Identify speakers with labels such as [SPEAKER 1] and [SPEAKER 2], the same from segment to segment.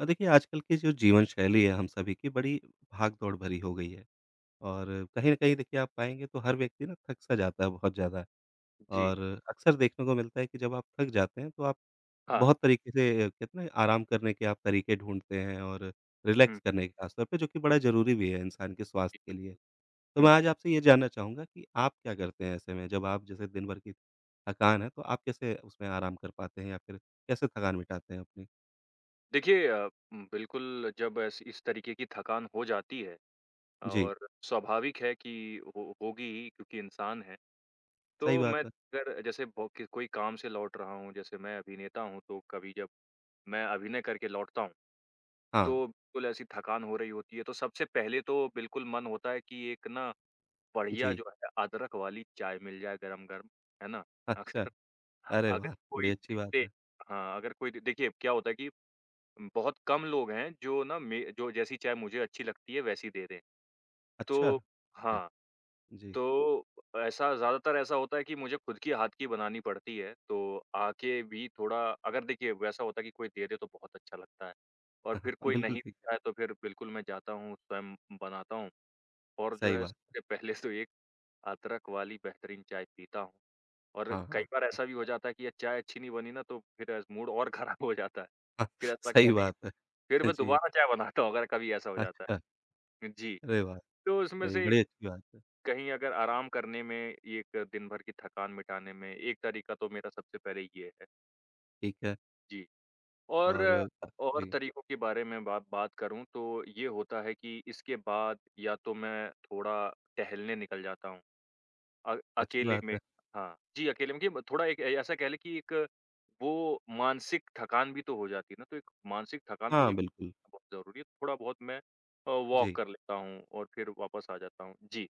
[SPEAKER 1] देखिए आजकल की जो जीवन शैली है हम सभी की बड़ी भाग-दौड़ भरी हो गई है और कहीं न कहीं देखिए आप पाएँगे तो हर व्यक्ति ना थक-सा जाता है बहुत ज़्यादा
[SPEAKER 2] जी,
[SPEAKER 1] और अक्सर देखने को मिलता है कि जब आप थक जाते हैं तो आप
[SPEAKER 2] हाँ।
[SPEAKER 1] बहुत तरीके से कहते हैं ना आराम करने के आप तरीके ढूँढते हैं और
[SPEAKER 2] हुँ,
[SPEAKER 1] रिलैक्स करने के खासतौर पे जो कि बड़ा ज़रूरी भी है इंसान के स्वास्थ्य के लिए। तो
[SPEAKER 2] हुँ।
[SPEAKER 1] मैं आज आपसे ये जानना चाहूँगा कि आप क्या करते हैं ऐसे में? जब आप जैसे दिन भर की थकान है तो आप कैसे उसमें आराम कर पाते हैं या फिर कैसे थकान मिटाते हैं अपनी?
[SPEAKER 2] देखिए बिल्कुल जब ऐस इस तरीके की थकान हो जाती है
[SPEAKER 1] जी,
[SPEAKER 2] और स्वाभाविक है कि हो होगी ही क्योंकि इंसान हैं।
[SPEAKER 1] सही
[SPEAKER 2] तो
[SPEAKER 1] बात
[SPEAKER 2] मैं
[SPEAKER 1] है।
[SPEAKER 2] अगर जैसे ब कि कोई काम से लौट रहा हूँ, जैसे मैं अभिनेता हूँ, तो कभी जब मैं अभिनय करके लौटता हूँ,
[SPEAKER 1] हाँ।
[SPEAKER 2] तो बिल्कुल ऐसी थकान हो रही होती है, तो सबसे पहले तो बिल्कुल मन होता है कि एक ना बढ़िया
[SPEAKER 1] जी,
[SPEAKER 2] जो है अदरक वाली चाय मिल जाए गरम-गरम, है ना?
[SPEAKER 1] अच्छा।
[SPEAKER 2] अक्सर
[SPEAKER 1] अरे
[SPEAKER 2] अगर
[SPEAKER 1] वाह! बड़ी
[SPEAKER 2] कोई
[SPEAKER 1] अच्छी
[SPEAKER 2] दे
[SPEAKER 1] बात
[SPEAKER 2] दे
[SPEAKER 1] है।
[SPEAKER 2] हाँ, अगर कोई दे देखिए क्या होता है कि बहुत कम लोग हैं जो ना मे जो जैसी चाय मुझे अच्छी लगती है वैसी दे दें।
[SPEAKER 1] अच्छा,
[SPEAKER 2] तो
[SPEAKER 1] अ,
[SPEAKER 2] हाँ,
[SPEAKER 1] जी।
[SPEAKER 2] तो ऐसा ज़्यादातर ऐसा होता है कि मुझे खुद की हाथ की बनानी पड़ती है, तो आके भी थोड़ा अगर देखिए वैसा होता है कि कोई दे दे तो बहुत अच्छा लगता है और
[SPEAKER 1] हाँ,
[SPEAKER 2] फिर कोई
[SPEAKER 1] बिल्कुल
[SPEAKER 2] नहीं
[SPEAKER 1] ठीक है,
[SPEAKER 2] देता है तो फिर बिल्कुल मैं जाता हूँ स्वयं बनाता हूँ और जो
[SPEAKER 1] सही
[SPEAKER 2] है
[SPEAKER 1] बात है।
[SPEAKER 2] सबसे पहले तो एक अदरक वाली बेहतरीन चाय पीता हूँ और
[SPEAKER 1] हाँ,
[SPEAKER 2] कई
[SPEAKER 1] हाँ,
[SPEAKER 2] बार ऐसा भी हो जाता है कि ये चाय अच्छी नहीं बनी ना तो फिर मूड और खराब हो जाता है।
[SPEAKER 1] हाँ,
[SPEAKER 2] फिर ऐसा लगता
[SPEAKER 1] सही
[SPEAKER 2] है नहीं
[SPEAKER 1] बात
[SPEAKER 2] फिर
[SPEAKER 1] है।
[SPEAKER 2] मैं
[SPEAKER 1] जी,
[SPEAKER 2] दोबारा चाय बनाता हूँ अगर कभी ऐसा हो जाता है।
[SPEAKER 1] अच्छा,
[SPEAKER 2] जी,
[SPEAKER 1] अरे वाह!
[SPEAKER 2] तो उसमें
[SPEAKER 1] नहीं,
[SPEAKER 2] से
[SPEAKER 1] बड़ी अच्छी बात है,
[SPEAKER 2] कहीं अगर आराम करने में एक दिन भर की थकान मिटाने में एक तरीका तो मेरा सबसे पहले ये है।
[SPEAKER 1] ठीक है
[SPEAKER 2] जी, और
[SPEAKER 1] और अ, जी,
[SPEAKER 2] तरीकों के बारे में बात बात करूँ तो ये होता है कि इसके बाद या तो मैं थोड़ा टहलने निकल जाता हूँ।
[SPEAKER 1] अच्छी
[SPEAKER 2] अकेले
[SPEAKER 1] बात
[SPEAKER 2] में
[SPEAKER 1] है।
[SPEAKER 2] हाँ, जी, अकेले में कि थोड़ा एक ए ऐसा कह लें कि एक वो मानसिक थकान भी तो हो जाती है ना, तो एक मानसिक थकान को
[SPEAKER 1] हाँ,
[SPEAKER 2] भी
[SPEAKER 1] बिल्कुल,
[SPEAKER 2] बहुत ज़रूरी है, थोड़ा बहुत मैं वॉक
[SPEAKER 1] जी।
[SPEAKER 2] कर लेता हूँ और फिर वापस आ जाता हूँ। जी,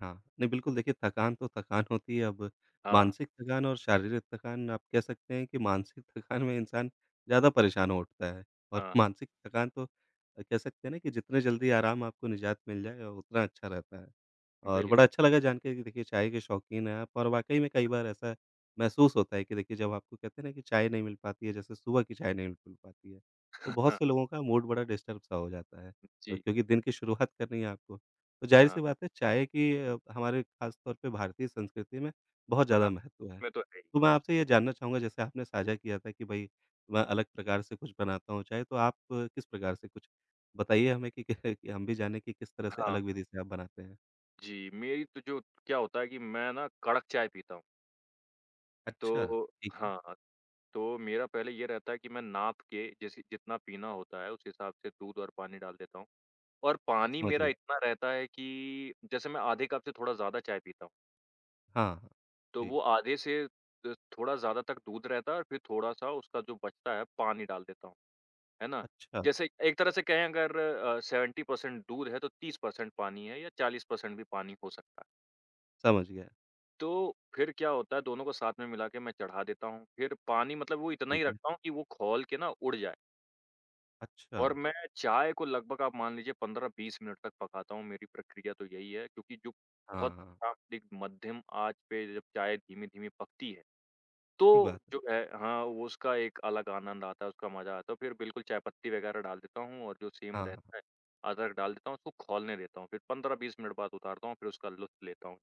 [SPEAKER 1] हाँ, नहीं बिल्कुल देखिए थकान तो थकान होती है अब
[SPEAKER 2] हाँ,
[SPEAKER 1] मानसिक थकान और शारीरिक थकान आप कह सकते हैं कि मानसिक थकान में इंसान ज़्यादा परेशान हो उठता है
[SPEAKER 2] हाँ,
[SPEAKER 1] और
[SPEAKER 2] हाँ,
[SPEAKER 1] मानसिक थकान तो कह सकते हैं ना कि जितने जल्दी आराम आपको निजात मिल जाए उतना अच्छा रहता है। और
[SPEAKER 2] बिल
[SPEAKER 1] बड़ा अच्छा लगा जान के कि देखिए चाय के शौकीन हैं आप और वाक़ई में कई बार ऐसा महसूस होता है कि देखिए जब आपको कहते हैं ना कि चाय नहीं मिल पाती है, जैसे सुबह की चाय नहीं मिल पाती है, तो बहुत
[SPEAKER 2] हाँ,
[SPEAKER 1] से लोगों का मूड बड़ा डिस्टर्ब सा हो जाता है और
[SPEAKER 2] जी,
[SPEAKER 1] क्योंकि दिन की शुरुआत करनी है आपको, तो
[SPEAKER 2] हाँ,
[SPEAKER 1] ज़ाहिर-सी बात है चाय की हमारे ख़ास तौर पे भारतीय संस्कृति में बहुत ज़्यादा
[SPEAKER 2] हाँ,
[SPEAKER 1] महत्व है।
[SPEAKER 2] मैं तो है ही।
[SPEAKER 1] तो मैं आपसे ये जानना चाहूँगा जैसे आपने साझा किया था कि भई मैं अलग प्रकार से कुछ बनाता हूँ चाय, तो आप किस प्रकार से कुछ बताइए हमें कि हम भी जानें कि किस तरह से
[SPEAKER 2] हाँ,
[SPEAKER 1] अलग विधि से आप बनाते हैं?
[SPEAKER 2] जी, मेरी तो जो क्या होता है कि मैं ना कड़क चाय पीता हूँ,
[SPEAKER 1] अच्छा,
[SPEAKER 2] तो
[SPEAKER 1] ठीक है।
[SPEAKER 2] हाँ, तो मेरा पहले ये रहता है कि मैं नाप के जैसे जितना पीना होता है, उस हिसाब से दूध और पानी डाल देता हूँ। और पानी
[SPEAKER 1] समझ
[SPEAKER 2] मेरा
[SPEAKER 1] गया।
[SPEAKER 2] इतना रहता है कि जैसे मैं आधे कप से थोड़ा ज़्यादा चाय पीता हूँ,
[SPEAKER 1] हाँ, हाँ।
[SPEAKER 2] तो
[SPEAKER 1] जी।
[SPEAKER 2] वो आधे से थोड़ा ज़्यादा तक दूध रहता है और फिर थोड़ा-सा उसका जो बचता है पानी डाल देता हूँ, है ना?
[SPEAKER 1] अच्छा,
[SPEAKER 2] जैसे एक तरह से कहें अगर 70% दूध है तो 30% पानी है या 40% भी पानी हो सकता है।
[SPEAKER 1] समझ गया।
[SPEAKER 2] तो फिर क्या होता है दोनों को साथ में मिला के मैं चढ़ा देता हूँ, फिर पानी मतलब वो इतना ही
[SPEAKER 1] ठीक है।
[SPEAKER 2] रखता हूँ कि वो खौल के ना उड़ जाए।
[SPEAKER 1] अच्छा।
[SPEAKER 2] और मैं चाय को लगभग आप मान लीजिए 15-20 मिनट तक पकाता हूँ, मेरी प्रक्रिया तो यही है क्योंकि जो
[SPEAKER 1] हाँ,
[SPEAKER 2] बहुत
[SPEAKER 1] हाँ।
[SPEAKER 2] एक मध्यम आँच पे जब चाय धीमी-धीमी पकती है,
[SPEAKER 1] ठीक
[SPEAKER 2] तो
[SPEAKER 1] बात है।
[SPEAKER 2] जो है हाँ, वो उसका एक अलग आनंद आता है, उसका मज़ा आता है। फिर बिल्कुल चाय पत्ती वगैरह डाल देता हूँ और जो सेम
[SPEAKER 1] हाँ, हाँ।
[SPEAKER 2] रहता है, अदरक डाल देता हूँ, उसको खौलने देता हूँ। फिर 15-20 मिनट बाद उतारता हूँ, फिर उसका लुत्फ़ लेता हूँ।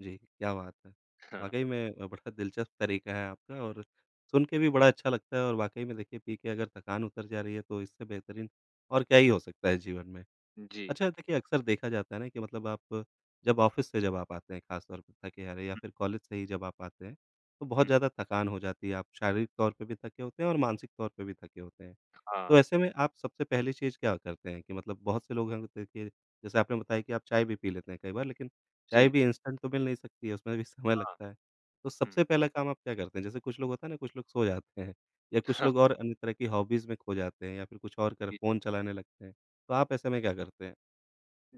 [SPEAKER 1] जी, क्या बात है। वाक़ई में बड़ा दिलचस्प तरीका है आपका और सुन के भी बड़ा अच्छा लगता है और वाक़ई में देखिए पी के अगर थकान उतर जा रही है तो इससे बेहतरीन और क्या ही हो सकता है जीवन में।
[SPEAKER 2] जी, हाँ,
[SPEAKER 1] अच्छा, देखिए अक्सर देखा जाता है ना कि मतलब आप जब ऑफ़िस से जब आप आते हैं ख़ास तौर पे थके हारे या
[SPEAKER 2] जी।
[SPEAKER 1] फिर
[SPEAKER 2] हुँ,
[SPEAKER 1] कॉलेज से ही जब आप आते हैं, तो बहुत
[SPEAKER 2] हुँ,
[SPEAKER 1] ज़्यादा थकान हो जाती है, आप शारीरिक तौर पे भी थके होते हैं और मानसिक तौर पे भी थके होते हैं।
[SPEAKER 2] हाँ,
[SPEAKER 1] तो ऐसे में आप सबसे पहली चीज़ क्या करते हैं कि मतलब बहुत से लोग हैं तो देखिए जैसे आपने बताया कि आप चाय भी पी लेते हैं कई बार लेकिन चाय
[SPEAKER 2] जी,
[SPEAKER 1] भी इंस्टेंट तो मिल नहीं सकती है, उसमें भी समय
[SPEAKER 2] हाँ,
[SPEAKER 1] लगता है। तो
[SPEAKER 2] हुँ।
[SPEAKER 1] सबसे पहला काम आप क्या करते हैं? जैसे कुछ लोग होता है ना कुछ लोग सो जाते हैं या कुछ लोग और अन्य तरह की हॉबीज़ में खो जाते हैं या फिर कुछ और कर फ़ोन चलाने लगते हैं। तो आप ऐसे में क्या करते हैं?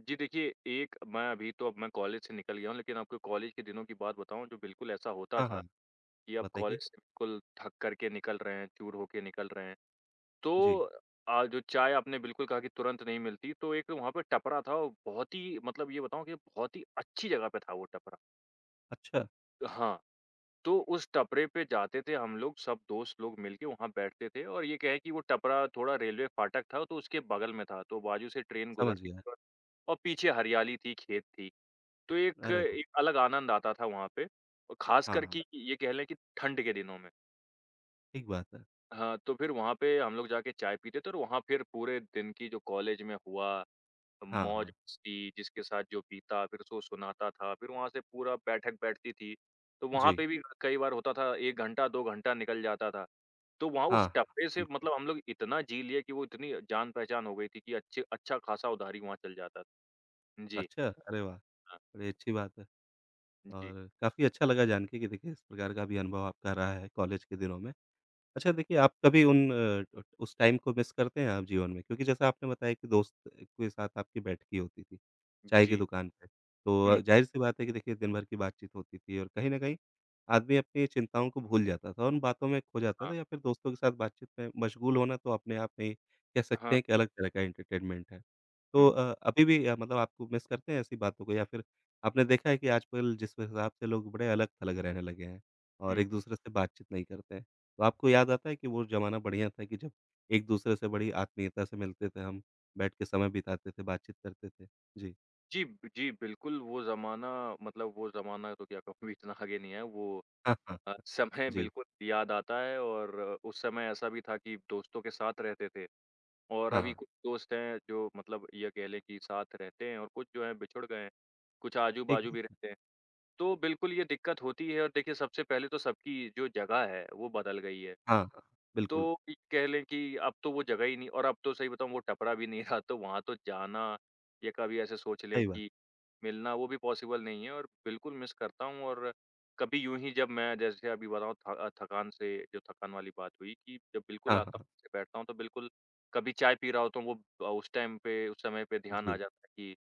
[SPEAKER 2] जी देखिए, एक मैं अभी तो अब मैं कॉलेज से निकल गया हूँ, लेकिन आपको कॉलेज के दिनों की बात बताऊँ जो बिल्कुल ऐसा होता
[SPEAKER 1] हाँ,
[SPEAKER 2] था
[SPEAKER 1] हाँ,
[SPEAKER 2] कि अब
[SPEAKER 1] बताइए?
[SPEAKER 2] कॉलेज से बिल्कुल थक कर के निकल रहे हैं, चूर होके निकल रहे हैं। तो
[SPEAKER 1] जी,
[SPEAKER 2] जो चाय आपने बिल्कुल कहा कि तुरंत नहीं मिलती, तो एक वहाँ पे टपरा था और बहुत ही मतलब ये बताऊँ कि बहुत ही अच्छी जगह पे था वो टपरा।
[SPEAKER 1] अच्छा,
[SPEAKER 2] हाँ, तो उस टपरे पे जाते थे हम लोग, सब दोस्त लोग मिल के वहाँ बैठते थे और ये कहें कि वो टपरा थोड़ा रेलवे फाटक था, तो उसके बगल में था, तो बाजू से ट्रेन
[SPEAKER 1] समझ
[SPEAKER 2] गुजरती
[SPEAKER 1] गया।
[SPEAKER 2] थी और पीछे हरियाली थी, खेत थी। तो एक
[SPEAKER 1] अरे! वाह!
[SPEAKER 2] एक अलग आनंद आता था वहाँ पे और
[SPEAKER 1] हाँ,
[SPEAKER 2] ख़ासकर
[SPEAKER 1] हाँ,
[SPEAKER 2] कि ये कह लें कि ठंड के दिनों में।
[SPEAKER 1] ठीक बात है।
[SPEAKER 2] हाँ, तो फिर वहाँ पे हम लोग जाके चाय पीते थे और वहाँ फिर पूरे दिन की जो कॉलेज में हुआ,
[SPEAKER 1] हाँ, हाँ,
[SPEAKER 2] मौज-मस्ती जिसके साथ जो बीता फिर उसको सुनाता था, फिर वहाँ से पूरा बैठक बैठती थी। तो वहाँ
[SPEAKER 1] जी,
[SPEAKER 2] पे भी कई बार होता था 1 घंटा, 2 घंटा निकल जाता था। तो वहाँ
[SPEAKER 1] हाँ,
[SPEAKER 2] उस टप्पे से
[SPEAKER 1] बिल्कुल।
[SPEAKER 2] मतलब हम लोग इतना जी लिए कि वो इतनी जान-पहचान हो गई थी कि अच्छे अच्छा ख़ासा उधारी वहाँ चल जाता था। जी,
[SPEAKER 1] अच्छा, अरे वाह!
[SPEAKER 2] हाँ।
[SPEAKER 1] बड़ी अच्छी बात है
[SPEAKER 2] जी,
[SPEAKER 1] और काफ़ी अच्छा लगा जान के कि देखिए इस प्रकार का भी अनुभव आपका रहा है कॉलेज के दिनों में। अच्छा देखिए, आप कभी उन अ, ट उस टाइम को मिस करते हैं आप जीवन में? क्योंकि जैसा आपने बताया कि दोस्त के साथ आपकी बैठकी होती थी, चाय की
[SPEAKER 2] जी।
[SPEAKER 1] दुकान पे।
[SPEAKER 2] हुँ,
[SPEAKER 1] तो ज़ाहिर-सी बात है कि देखिए दिन भर की बातचीत होती थी और कहीं न कहीं आदमी अपनी चिंताओं को भूल जाता था, उन बातों में खो जाता
[SPEAKER 2] हाँ,
[SPEAKER 1] था या फिर दोस्तों के साथ बातचीत में मशगूल होना तो अपने आप में ही कह सकते
[SPEAKER 2] हाँ,
[SPEAKER 1] हैं कि अलग तरह का एंटरटेनमेंट है।
[SPEAKER 2] हुँ,
[SPEAKER 1] तो अभी भी मतलब आपको मिस करते हैं ऐसी बातों को या फिर आपने देखा है कि आजकल जिस हिसाब से लोग बड़े अलग-थलग रहने लगे हैं और
[SPEAKER 2] हुँ।
[SPEAKER 1] एक-दूसरे से बातचीत नहीं करते हैं? तो आपको याद आता है कि वो ज़माना बढ़िया था कि जब एक-दूसरे से बड़ी आत्मीयता से मिलते थे हम, बैठ के समय बिताते थे, बातचीत करते थे? जी।
[SPEAKER 2] जी, जी, बिल्कुल वो ज़माना मतलब वो ज़माना तो क्या कहूँ इतना आगे नहीं है वो
[SPEAKER 1] हाँ, हाँ।
[SPEAKER 2] समय
[SPEAKER 1] जी।
[SPEAKER 2] बिल्कुल याद आता है और उस समय ऐसा भी था कि दोस्तों के साथ रहते थे और
[SPEAKER 1] हाँ,
[SPEAKER 2] अभी
[SPEAKER 1] हाँ।
[SPEAKER 2] कुछ दोस्त हैं जो मतलब ये कह लें कि साथ रहते हैं और कुछ जो हैं बिछुड़ गए हैं, कुछ
[SPEAKER 1] ठीक
[SPEAKER 2] आजू-बाजू भी
[SPEAKER 1] है,
[SPEAKER 2] रहते हैं। तो बिल्कुल ये दिक्कत होती है और देखिए सबसे पहले तो सबकी जो जगह है वो बदल गई है।
[SPEAKER 1] हाँ, हाँ।
[SPEAKER 2] तो
[SPEAKER 1] बिल्कुल,
[SPEAKER 2] ये कह लें कि अब तो वो जगह ही नहीं और अब तो सही बताऊँ वो टपरा भी नहीं रहा तो वहाँ तो जाना या कभी ऐसे सोच लें
[SPEAKER 1] सही बात।
[SPEAKER 2] कि मिलना वो भी पॉसिबल नहीं है और बिल्कुल मिस करता हूँ और कभी यूँ ही जब मैं जैसे अभी बताऊँ थकान से जो थकान वाली बात हुई कि जब बिल्कुल
[SPEAKER 1] हाँ,
[SPEAKER 2] आता
[SPEAKER 1] हाँ।
[SPEAKER 2] हूँ, से बैठता हूँ तो बिल्कुल कभी चाय पी रहा होता हूँ वो उस टाइम पे उस समय पे ध्यान आ
[SPEAKER 1] जी।
[SPEAKER 2] जाता है कि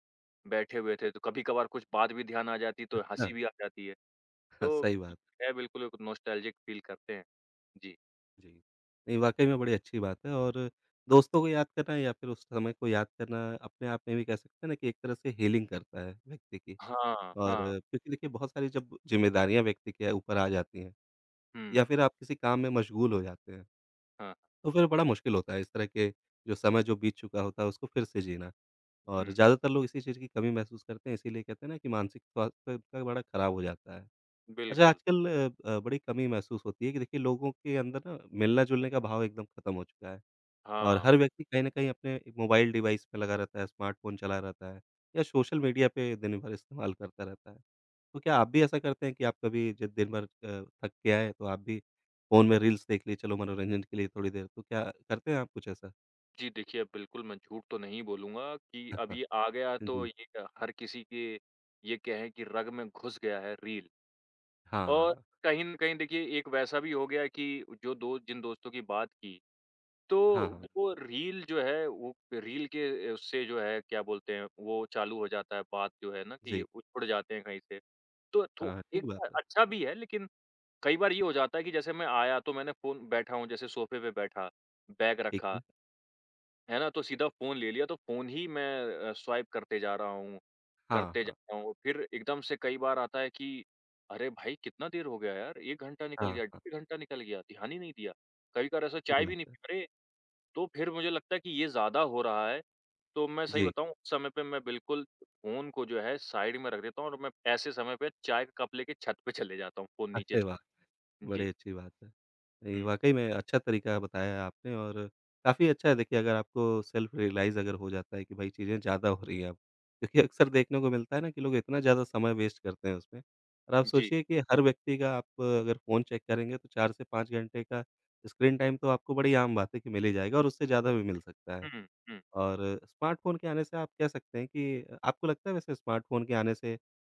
[SPEAKER 2] बैठे हुए थे, तो कभी-कभार कुछ बात भी ध्यान आ जाती है तो
[SPEAKER 1] अच्छा।
[SPEAKER 2] हँसी भी आ जाती है।
[SPEAKER 1] हाँ,
[SPEAKER 2] तो
[SPEAKER 1] सही बात।
[SPEAKER 2] है बिल्कुल एक नॉस्टैल्जिक फ़ील करते हैं। जी।
[SPEAKER 1] जी। नहीं, वाक़ई में बड़ी अच्छी बात है और दोस्तों को याद करना या फिर उस समय को याद करना अपने आप में भी कह सकते हैं ना कि एक तरह से हीलिंग करता है व्यक्ति की
[SPEAKER 2] हाँ,
[SPEAKER 1] और
[SPEAKER 2] हाँ।
[SPEAKER 1] क्योंकि देखिए बहुत सारी जब ज़िम्मेदारियाँ व्यक्ति के ऊपर आ जाती हैं
[SPEAKER 2] हुँ,
[SPEAKER 1] या फिर आप किसी काम में मशगूल हो जाते हैं
[SPEAKER 2] हाँ,
[SPEAKER 1] तो फिर बड़ा मुश्किल होता है इस तरह के जो समय जो बीत चुका होता है उसको फिर से जीना। और
[SPEAKER 2] हुँ।
[SPEAKER 1] ज़्यादातर लोग इसी चीज़ की कमी महसूस करते हैं इसीलिए कहते हैं ना कि मानसिक स्वास्थ्य इनका बड़ा ख़राब हो जाता है। अच्छा
[SPEAKER 2] बिल्कुल।
[SPEAKER 1] आजकल अ, ब बड़ी कमी महसूस होती है कि देखिए लोगों के अंदर ना मिलने-जुलने का भाव एकदम ख़त्म हो चुका है। और
[SPEAKER 2] हाँ।
[SPEAKER 1] हर व्यक्ति कहीं न कहीं अपने मोबाइल डिवाइस में लगा रहता है, स्मार्टफ़ोन चला रहता है या सोशल मीडिया पे दिन भर इस्तेमाल करता रहता है। तो क्या आप भी ऐसा करते हैं कि आप कभी जब दिन भर थक के आएँ तो आप भी फ़ोन में रील्स देख ली, चलो मनोरंजन के लिए थोड़ी देर, तो क्या करते हैं आप कुछ ऐसा?
[SPEAKER 2] जी, देखिए, बिल्कुल मैं झूठ तो नहीं बोलूँगा कि अब ये आ गया तो
[SPEAKER 1] जी।
[SPEAKER 2] ये हर किसी के ये कहें कि रग में घुस गया है रील
[SPEAKER 1] हाँ,
[SPEAKER 2] और
[SPEAKER 1] हाँ।
[SPEAKER 2] कहीं न कहीं देखिए एक वैसा भी हो गया कि जो दो जिन दोस्तों की बात की,
[SPEAKER 1] हाँ,
[SPEAKER 2] तो
[SPEAKER 1] हाँ।
[SPEAKER 2] वो रील जो है वो रील के उससे जो है क्या बोलते हैं वो चालू हो जाता है बात जो है ना कि
[SPEAKER 1] जी।
[SPEAKER 2] वो छुड़ जाते हैं कहीं से। तो थो
[SPEAKER 1] हाँ,
[SPEAKER 2] एक
[SPEAKER 1] ठीक बात
[SPEAKER 2] बार
[SPEAKER 1] है।
[SPEAKER 2] अच्छा भी है लेकिन कई बार ये हो जाता है कि जैसे मैं आया तो मैंने फ़ोन बैठा हूँ जैसे सोफ़े पे बैठा, बैग
[SPEAKER 1] ठीक
[SPEAKER 2] रखा।
[SPEAKER 1] है।
[SPEAKER 2] है ना? तो सीधा फ़ोन ले लिया तो फ़ोन ही मैं स्वाइप करते जा रहा हूँ,
[SPEAKER 1] हाँ,
[SPEAKER 2] करते जा
[SPEAKER 1] हाँ।
[SPEAKER 2] रहा हूँ। फिर एकदम से कई बार आता है कि अरे भाई! कितना देर हो गया यार, 1 घंटा निकल
[SPEAKER 1] हाँ,
[SPEAKER 2] गया,
[SPEAKER 1] हाँ।
[SPEAKER 2] 1.5 घंटा निकल गया, ध्यान ही नहीं दिया। कभी-कभार ऐसा
[SPEAKER 1] ठीक
[SPEAKER 2] चाय भी
[SPEAKER 1] बात
[SPEAKER 2] नहीं
[SPEAKER 1] है।
[SPEAKER 2] पी अरे! तो फिर मुझे लगता है कि ये ज़्यादा हो रहा है, तो मैं सही
[SPEAKER 1] जी।
[SPEAKER 2] बताऊँ उस समय पे मैं बिल्कुल फ़ोन को जो है साइड में रख देता हूँ और मैं ऐसे समय पे चाय का कप लेके छत पे चले जाता हूँ फ़ोन नीचे
[SPEAKER 1] अरे वाह!
[SPEAKER 2] छोड़ के। जी।
[SPEAKER 1] बड़ी अच्छी बात है। ये
[SPEAKER 2] हुँ।
[SPEAKER 1] वाक़ई में अच्छा तरीका बताया है आपने और काफ़ी अच्छा है देखिए अगर आपको सेल्फ रियलाइज़ अगर हो जाता है कि भाई चीज़ें ज़्यादा हो रही हैं अब। क्योंकि अक्सर देखने को मिलता है ना कि लोग इतना ज़्यादा समय वेस्ट करते हैं उसमें और आप
[SPEAKER 2] जी।
[SPEAKER 1] सोचिए कि हर व्यक्ति का आप अगर फ़ोन चेक करेंगे तो 4 से 5 घंटे का स्क्रीन टाइम तो आपको बड़ी आम बात है कि मिल ही जाएगा और उससे ज़्यादा भी मिल सकता है।
[SPEAKER 2] हुँ, हुँ।
[SPEAKER 1] और स्मार्टफ़ोन के आने से आप कह सकते हैं कि आपको लगता है वैसे स्मार्टफ़ोन के आने से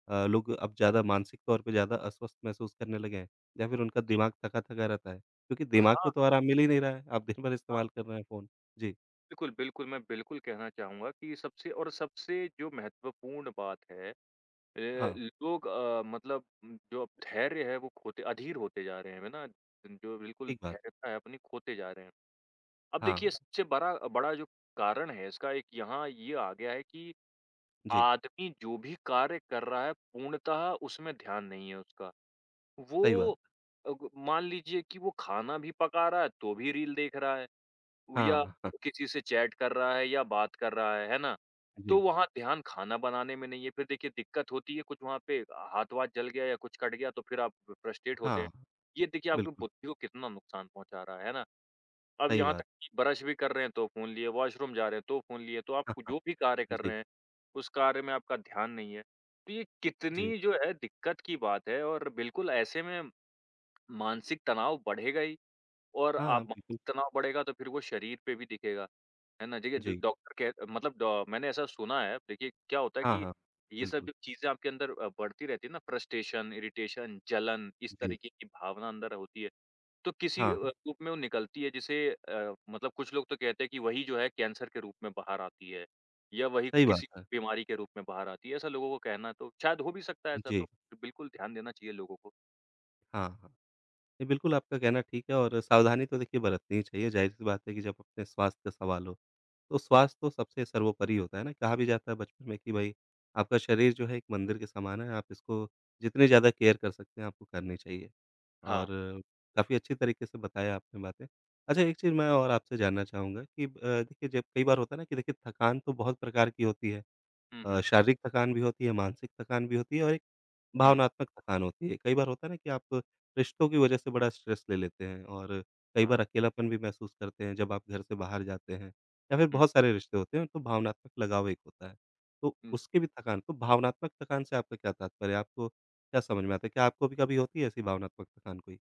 [SPEAKER 1] लोग अब ज़्यादा मानसिक तौर पे ज़्यादा अस्वस्थ महसूस करने लगे हैं? या फिर उनका दिमाग थका-थका रहता है? क्योंकि दिमाग
[SPEAKER 2] हाँ,
[SPEAKER 1] को तो आराम मिल ही नहीं रहा है, आप दिन भर
[SPEAKER 2] हाँ।
[SPEAKER 1] इस्तेमाल कर रहे हैं फ़ोन। जी,
[SPEAKER 2] बिल्कुल, बिल्कुल, मैं बिल्कुल कहना चाहूँगा कि सबसे जो महत्वपूर्ण बात है अ,
[SPEAKER 1] हाँ,
[SPEAKER 2] लोग मतलब जो अब धैर्य है वो खोते अधीर होते जा रहे हैं, है ना? जो बिल्कुल
[SPEAKER 1] ठीक बात।
[SPEAKER 2] धैर्यता है अपनी खोते जा रहे हैं। अब
[SPEAKER 1] हाँ,
[SPEAKER 2] देखिए
[SPEAKER 1] हाँ,
[SPEAKER 2] सबसे बड़ा बड़ा जो कारण है इसका एक यहाँ ये आ गया है कि
[SPEAKER 1] जी,
[SPEAKER 2] आदमी जो भी कार्य कर रहा है पूर्णतः उसमें ध्यान नहीं है उसका।
[SPEAKER 1] सही बात।
[SPEAKER 2] वो अग मान लीजिए कि वो खाना भी पका रहा है तो भी रील देख रहा है। वो या
[SPEAKER 1] हाँ, हाँ,
[SPEAKER 2] किसी से चैट कर रहा है या बात कर रहा है ना? तो
[SPEAKER 1] जी,
[SPEAKER 2] वहाँ ध्यान खाना बनाने में नहीं है, फिर देखिए दिक्कत होती है कुछ वहाँ पे हाथ-वाथ जल गया या कुछ कट गया तो फिर आप फ्रस्ट्रेट होते हैं।
[SPEAKER 1] हाँ,
[SPEAKER 2] ये देखिए आपकी
[SPEAKER 1] बिल्कुल,
[SPEAKER 2] बुद्धि को कितना नुकसान पहुँचा रहा है ना? अब
[SPEAKER 1] सही
[SPEAKER 2] यहाँ तक
[SPEAKER 1] बात।
[SPEAKER 2] कि ब्रश भी कर रहे हैं तो फ़ोन लिए, वॉशरूम जा रहे हैं तो फ़ोन लिए, तो आप
[SPEAKER 1] हाँ, हाँ,
[SPEAKER 2] जो भी कार्य कर
[SPEAKER 1] जी,
[SPEAKER 2] रहे हैं, उस कार्य में आपका ध्यान नहीं है। तो ये
[SPEAKER 1] जी,
[SPEAKER 2] कितनी जो है दिक्कत की बात है और बिल्कुल ऐसे में मानसिक तनाव बढ़ेगा ही और
[SPEAKER 1] हाँ,
[SPEAKER 2] आप
[SPEAKER 1] हाँ, बिल्कुल,
[SPEAKER 2] मानसिक तनाव बढ़ेगा तो फिर वो शरीर पे भी दिखेगा। है ना? देखिए ड
[SPEAKER 1] जी,
[SPEAKER 2] डॉक्टर कह मतलब डॉ मैंने ऐसा सुना है, देखिए क्या होता है
[SPEAKER 1] हाँ,
[SPEAKER 2] कि
[SPEAKER 1] हाँ,
[SPEAKER 2] ये सब
[SPEAKER 1] बिल्कुल,
[SPEAKER 2] जब चीज़ें आपके अंदर बढ़ती रहती है ना फ्रस्ट्रेशन, इरिटेशन, जलन इस
[SPEAKER 1] जी,
[SPEAKER 2] तरीके की भावना अंदर होती है, तो किसी
[SPEAKER 1] हाँ, हाँ,
[SPEAKER 2] रूप में वो निकलती है जिसे मतलब कुछ लोग तो कहते हैं कि वही जो है कैंसर के रूप में बाहर आती है या वही
[SPEAKER 1] सही बात
[SPEAKER 2] किसी
[SPEAKER 1] है।
[SPEAKER 2] बीमारी के रूप में बाहर आती है, ऐसा लोगों का कहना है तो शायद हो भी सकता है ऐसा तो
[SPEAKER 1] जी,
[SPEAKER 2] बिल्कुल ध्यान देना चाहिए लोगों को।
[SPEAKER 1] हाँ, हाँ। जी, बिल्कुल आपका कहना ठीक है और सावधानी तो देखिए बरतनी ही चाहिए, ज़ाहिर-सी बात है कि जब अपने स्वास्थ्य का सवाल हो, तो स्वास्थ्य तो सबसे सर्वोपरि होता है ना। कहा भी जाता है बचपन में कि भई आपका शरीर जो है एक मंदिर के समान है, आप इसको जितनी ज़्यादा केयर कर सकते हैं आपको करनी चाहिए।
[SPEAKER 2] हाँ।
[SPEAKER 1] और काफ़ी अच्छी तरीके से बताया आपने बातें। अच्छा एक चीज़ मैं और आपसे जानना चाहूँगा कि देखिए जब कई बार होता है ना कि देखिए थकान तो बहुत प्रकार की होती है
[SPEAKER 2] हुँ, हुँ।
[SPEAKER 1] शारीरिक थकान भी होती है, मानसिक थकान भी होती है और एक
[SPEAKER 2] हुँ।
[SPEAKER 1] भावनात्मक थकान होती है। कई बार होता है ना कि आप रिश्तों की वजह से बड़ा स्ट्रेस ले लेते हैं और कई बार
[SPEAKER 2] हाँ।
[SPEAKER 1] अकेलापन भी महसूस करते हैं जब आप घर से बाहर जाते हैं या फिर बहुत सारे रिश्ते होते हैं तो भावनात्मक लगाव एक होता है। तो
[SPEAKER 2] हुँ।
[SPEAKER 1] उसकी भी थकान तो भावनात्मक थकान से आपका क्या तात्पर्य है? आपको क्या समझ में आता है? क्या आपको भी कभी होती है ऐसी भावनात्मक थकान कोई?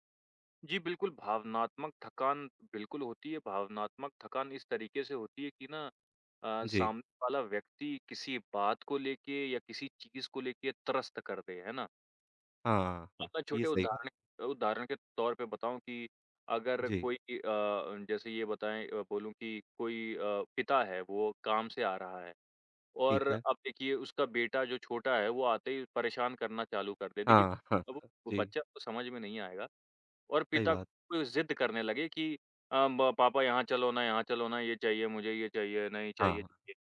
[SPEAKER 2] जी, बिल्कुल, भावनात्मक थकान बिल्कुल होती है, भावनात्मक थकान इस तरीके से होती है कि ना
[SPEAKER 1] जी।
[SPEAKER 2] सामने वाला व्यक्ति किसी बात को लेके या किसी चीज़ को लेके त्रस्त कर दे, है ना?
[SPEAKER 1] हाँ,
[SPEAKER 2] अब
[SPEAKER 1] हाँ।
[SPEAKER 2] मैं
[SPEAKER 1] ये
[SPEAKER 2] छोटे
[SPEAKER 1] सही कहा।
[SPEAKER 2] उदाहरण उदाहरण के तौर पे बताऊँ कि अगर
[SPEAKER 1] जी,
[SPEAKER 2] कोई जैसे ये बोलूँ कि कोई पिता है, वो काम से आ रहा है और
[SPEAKER 1] ठीक है।
[SPEAKER 2] अब देखिए उसका बेटा जो छोटा है, वो आते ही परेशान करना चालू कर दे। देखिए,
[SPEAKER 1] हाँ, हाँ,
[SPEAKER 2] अब
[SPEAKER 1] हाँ।
[SPEAKER 2] वो
[SPEAKER 1] जी,
[SPEAKER 2] बच्चा को समझ में नहीं आएगा और
[SPEAKER 1] सही
[SPEAKER 2] पिता
[SPEAKER 1] बात।
[SPEAKER 2] को ज़िद करने लगे कि अ, ब पापा यहाँ चलो ना, ये चाहिए मुझे, ये चाहिए, नहीं
[SPEAKER 1] हाँ,
[SPEAKER 2] चाहिए,
[SPEAKER 1] हाँ,
[SPEAKER 2] चाहिए।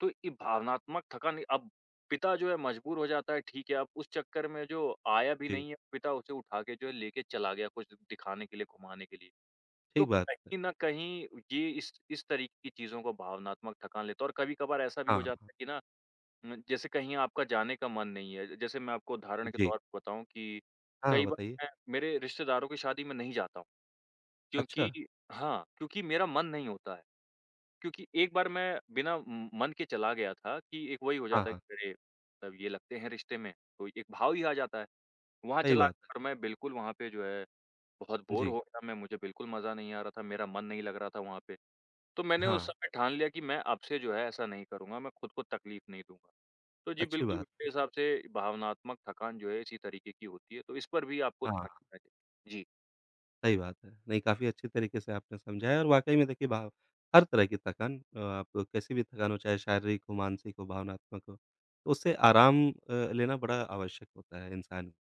[SPEAKER 2] तो ये भावनात्मक थकान अब पिता जो है मजबूर हो जाता है, ठीक है, अब उस चक्कर में जो आया भी
[SPEAKER 1] जी,
[SPEAKER 2] नहीं है, पिता उसे उठा के जो है लेके चला गया कुछ दिखाने के लिए, घुमाने के लिए। तो
[SPEAKER 1] ठीक बात है।
[SPEAKER 2] कहीं न कहीं ये इस तरीके की चीज़ों को भावनात्मक थकान लेता है और कभी-कभार ऐसा भी हो जाता
[SPEAKER 1] हाँ,
[SPEAKER 2] है कि ना जैसे कहीं आपका जाने का मन नहीं है। जैसे मैं आपको उदाहरण के
[SPEAKER 1] जी।
[SPEAKER 2] तौर पे बताऊँ कि
[SPEAKER 1] हाँ,
[SPEAKER 2] कई बार
[SPEAKER 1] बताइए।
[SPEAKER 2] मैं मेरे रिश्तेदारों की शादी में नहीं जाता हूँ। क्योंकि
[SPEAKER 1] अच्छा।
[SPEAKER 2] हाँ, क्योंकि मेरा मन नहीं होता है। क्योंकि एक बार मैं बिना म मन के चला गया था कि एक वही हो
[SPEAKER 1] हाँ,
[SPEAKER 2] जाता है
[SPEAKER 1] हाँ।
[SPEAKER 2] कि अरे! तब ये लगते हैं रिश्ते में, तो एक भाव ही आ जाता है। वहाँ
[SPEAKER 1] सही
[SPEAKER 2] चला
[SPEAKER 1] बात
[SPEAKER 2] गया,
[SPEAKER 1] है।
[SPEAKER 2] और मैं बिल्कुल वहाँ पे जो है बहुत बोर
[SPEAKER 1] जी।
[SPEAKER 2] हो गया मैं, मुझे बिल्कुल मज़ा नहीं आ रहा था, मेरा मन नहीं लग रहा था वहाँ पे। तो मैंने उस
[SPEAKER 1] हाँ,
[SPEAKER 2] समय ठान लिया कि मैं अब से जो है ऐसा नहीं करूँगा, मैं खुद को तकलीफ नहीं दूँगा। तो जी
[SPEAKER 1] अच्छी
[SPEAKER 2] बिल्कुल,
[SPEAKER 1] बात
[SPEAKER 2] मेरे
[SPEAKER 1] है।
[SPEAKER 2] हिसाब से भावनात्मक थकान जो है इसी तरीके की होती है, तो इस पर भी आपको
[SPEAKER 1] हाँ,
[SPEAKER 2] ध्यान देना चाहिए। जी,
[SPEAKER 1] सही बात है। नहीं, काफ़ी अच्छी तरीके से आपने समझाया और वाक़ई में देखिए भाव हर तरह की थकान आप कैसी भी थकान हो, चाहे शारीरिक हो, मानसिक हो, भावनात्मक हो, तो उससे आराम लेना बड़ा आवश्यक होता है इंसान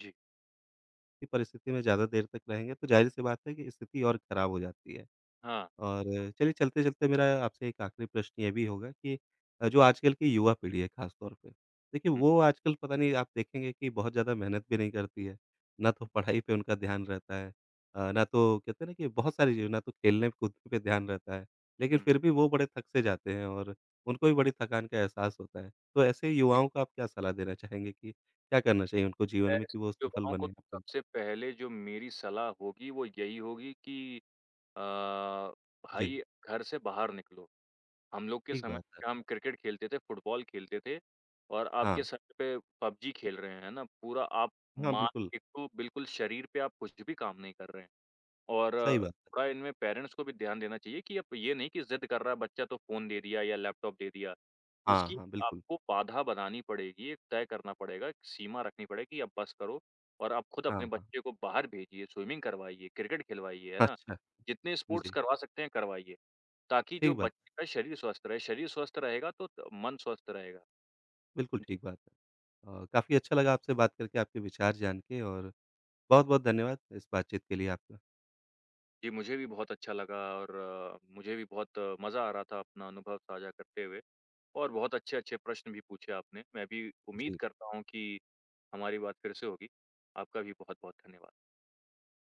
[SPEAKER 2] जी।
[SPEAKER 1] की परिस्थिति में ज़्यादा देर तक रहेंगे तो ज़ाहिर-सी बात है कि स्थिति और ख़राब हो जाती है।
[SPEAKER 2] हाँ।
[SPEAKER 1] और चलिए चलते-चलते मेरा आपसे एक आखिरी प्रश्न ये भी होगा कि जो आजकल की युवा पीढ़ी है ख़ास तौर पे, देखिए
[SPEAKER 2] हुँ,
[SPEAKER 1] वो आजकल पता नहीं आप देखेंगे कि बहुत ज़्यादा मेहनत भी नहीं करती है, ना तो पढ़ाई पे उनका ध्यान रहता है ना तो कहते हैं ना कि बहुत सारी चीज़ें ना तो खेलने-कूदने पे ध्यान रहता है, लेकिन
[SPEAKER 2] हुँ।
[SPEAKER 1] फिर भी वो बड़े थक से जाते हैं और उनको भी बड़ी थकान का एहसास होता है। तो ऐसे युवाओं को आप क्या सलाह देना चाहेंगे कि क्या करना चाहिए उनको जीवन में
[SPEAKER 2] ऐसे
[SPEAKER 1] कि वो सफल
[SPEAKER 2] युवाओं को
[SPEAKER 1] बने अपने
[SPEAKER 2] सबसे पहले जो मेरी सलाह होगी वो यही होगी कि अ,
[SPEAKER 1] जी,
[SPEAKER 2] भाई घर से बाहर निकलो। हम लोग के
[SPEAKER 1] ठीक
[SPEAKER 2] समय
[SPEAKER 1] बात है।
[SPEAKER 2] पे हम क्रिकेट खेलते थे, फुटबॉल खेलते थे और आपके
[SPEAKER 1] हाँ,
[SPEAKER 2] सर पे पबजी खेल रहे हैं ना, पूरा आप
[SPEAKER 1] हाँ
[SPEAKER 2] मान
[SPEAKER 1] बिल्कुल,
[SPEAKER 2] एक तो बिल्कुल शरीर पे आप कुछ भी काम नहीं कर रहे हैं। और
[SPEAKER 1] सही बात है।
[SPEAKER 2] थोड़ा इनमें पेरेंट्स को भी ध्यान देना चाहिए कि अब ये नहीं कि ज़िद कर रहा है बच्चा तो फ़ोन दे दिया या लैपटॉप दे दिया।
[SPEAKER 1] हाँ,
[SPEAKER 2] उसकी
[SPEAKER 1] हाँ, बिल्कुल।
[SPEAKER 2] आपको बाधा बनानी पड़ेगी, एक तय करना पड़ेगा, एक सीमा रखनी पड़ेगी, अब बस करो और आप खुद
[SPEAKER 1] हाँ,
[SPEAKER 2] अपने
[SPEAKER 1] हाँ।
[SPEAKER 2] बच्चे को बाहर भेजिए, स्विमिंग करवाइए, क्रिकेट खिलवाइए, है ना?
[SPEAKER 1] अच्छा,
[SPEAKER 2] जितने स्पोर्ट्स
[SPEAKER 1] जी।
[SPEAKER 2] करवा सकते हैं करवाइए, ताकि जो
[SPEAKER 1] ठीक बात,
[SPEAKER 2] बच्चे का शरीर स्वस्थ रहे, शरीर स्वस्थ रहेगा तो त मन स्वस्थ रहेगा।
[SPEAKER 1] बिल्कुल ठीक बात है। और काफ़ी अच्छा लगा आपसे बात करके, आपके विचार जान के और बहुत-बहुत धन्यवाद इस बातचीत के लिए आपका।
[SPEAKER 2] जी, मुझे भी बहुत अच्छा लगा और मुझे भी बहुत मज़ा आ रहा था अपना अनुभव साझा करते हुए। और बहुत अच्छे-अच्छे प्रश्न भी पूछे आपने। मैं भी उम्मीद
[SPEAKER 1] जी।
[SPEAKER 2] करता हूँ कि हमारी बात फिर से होगी। आपका भी बहुत-बहुत धन्यवाद।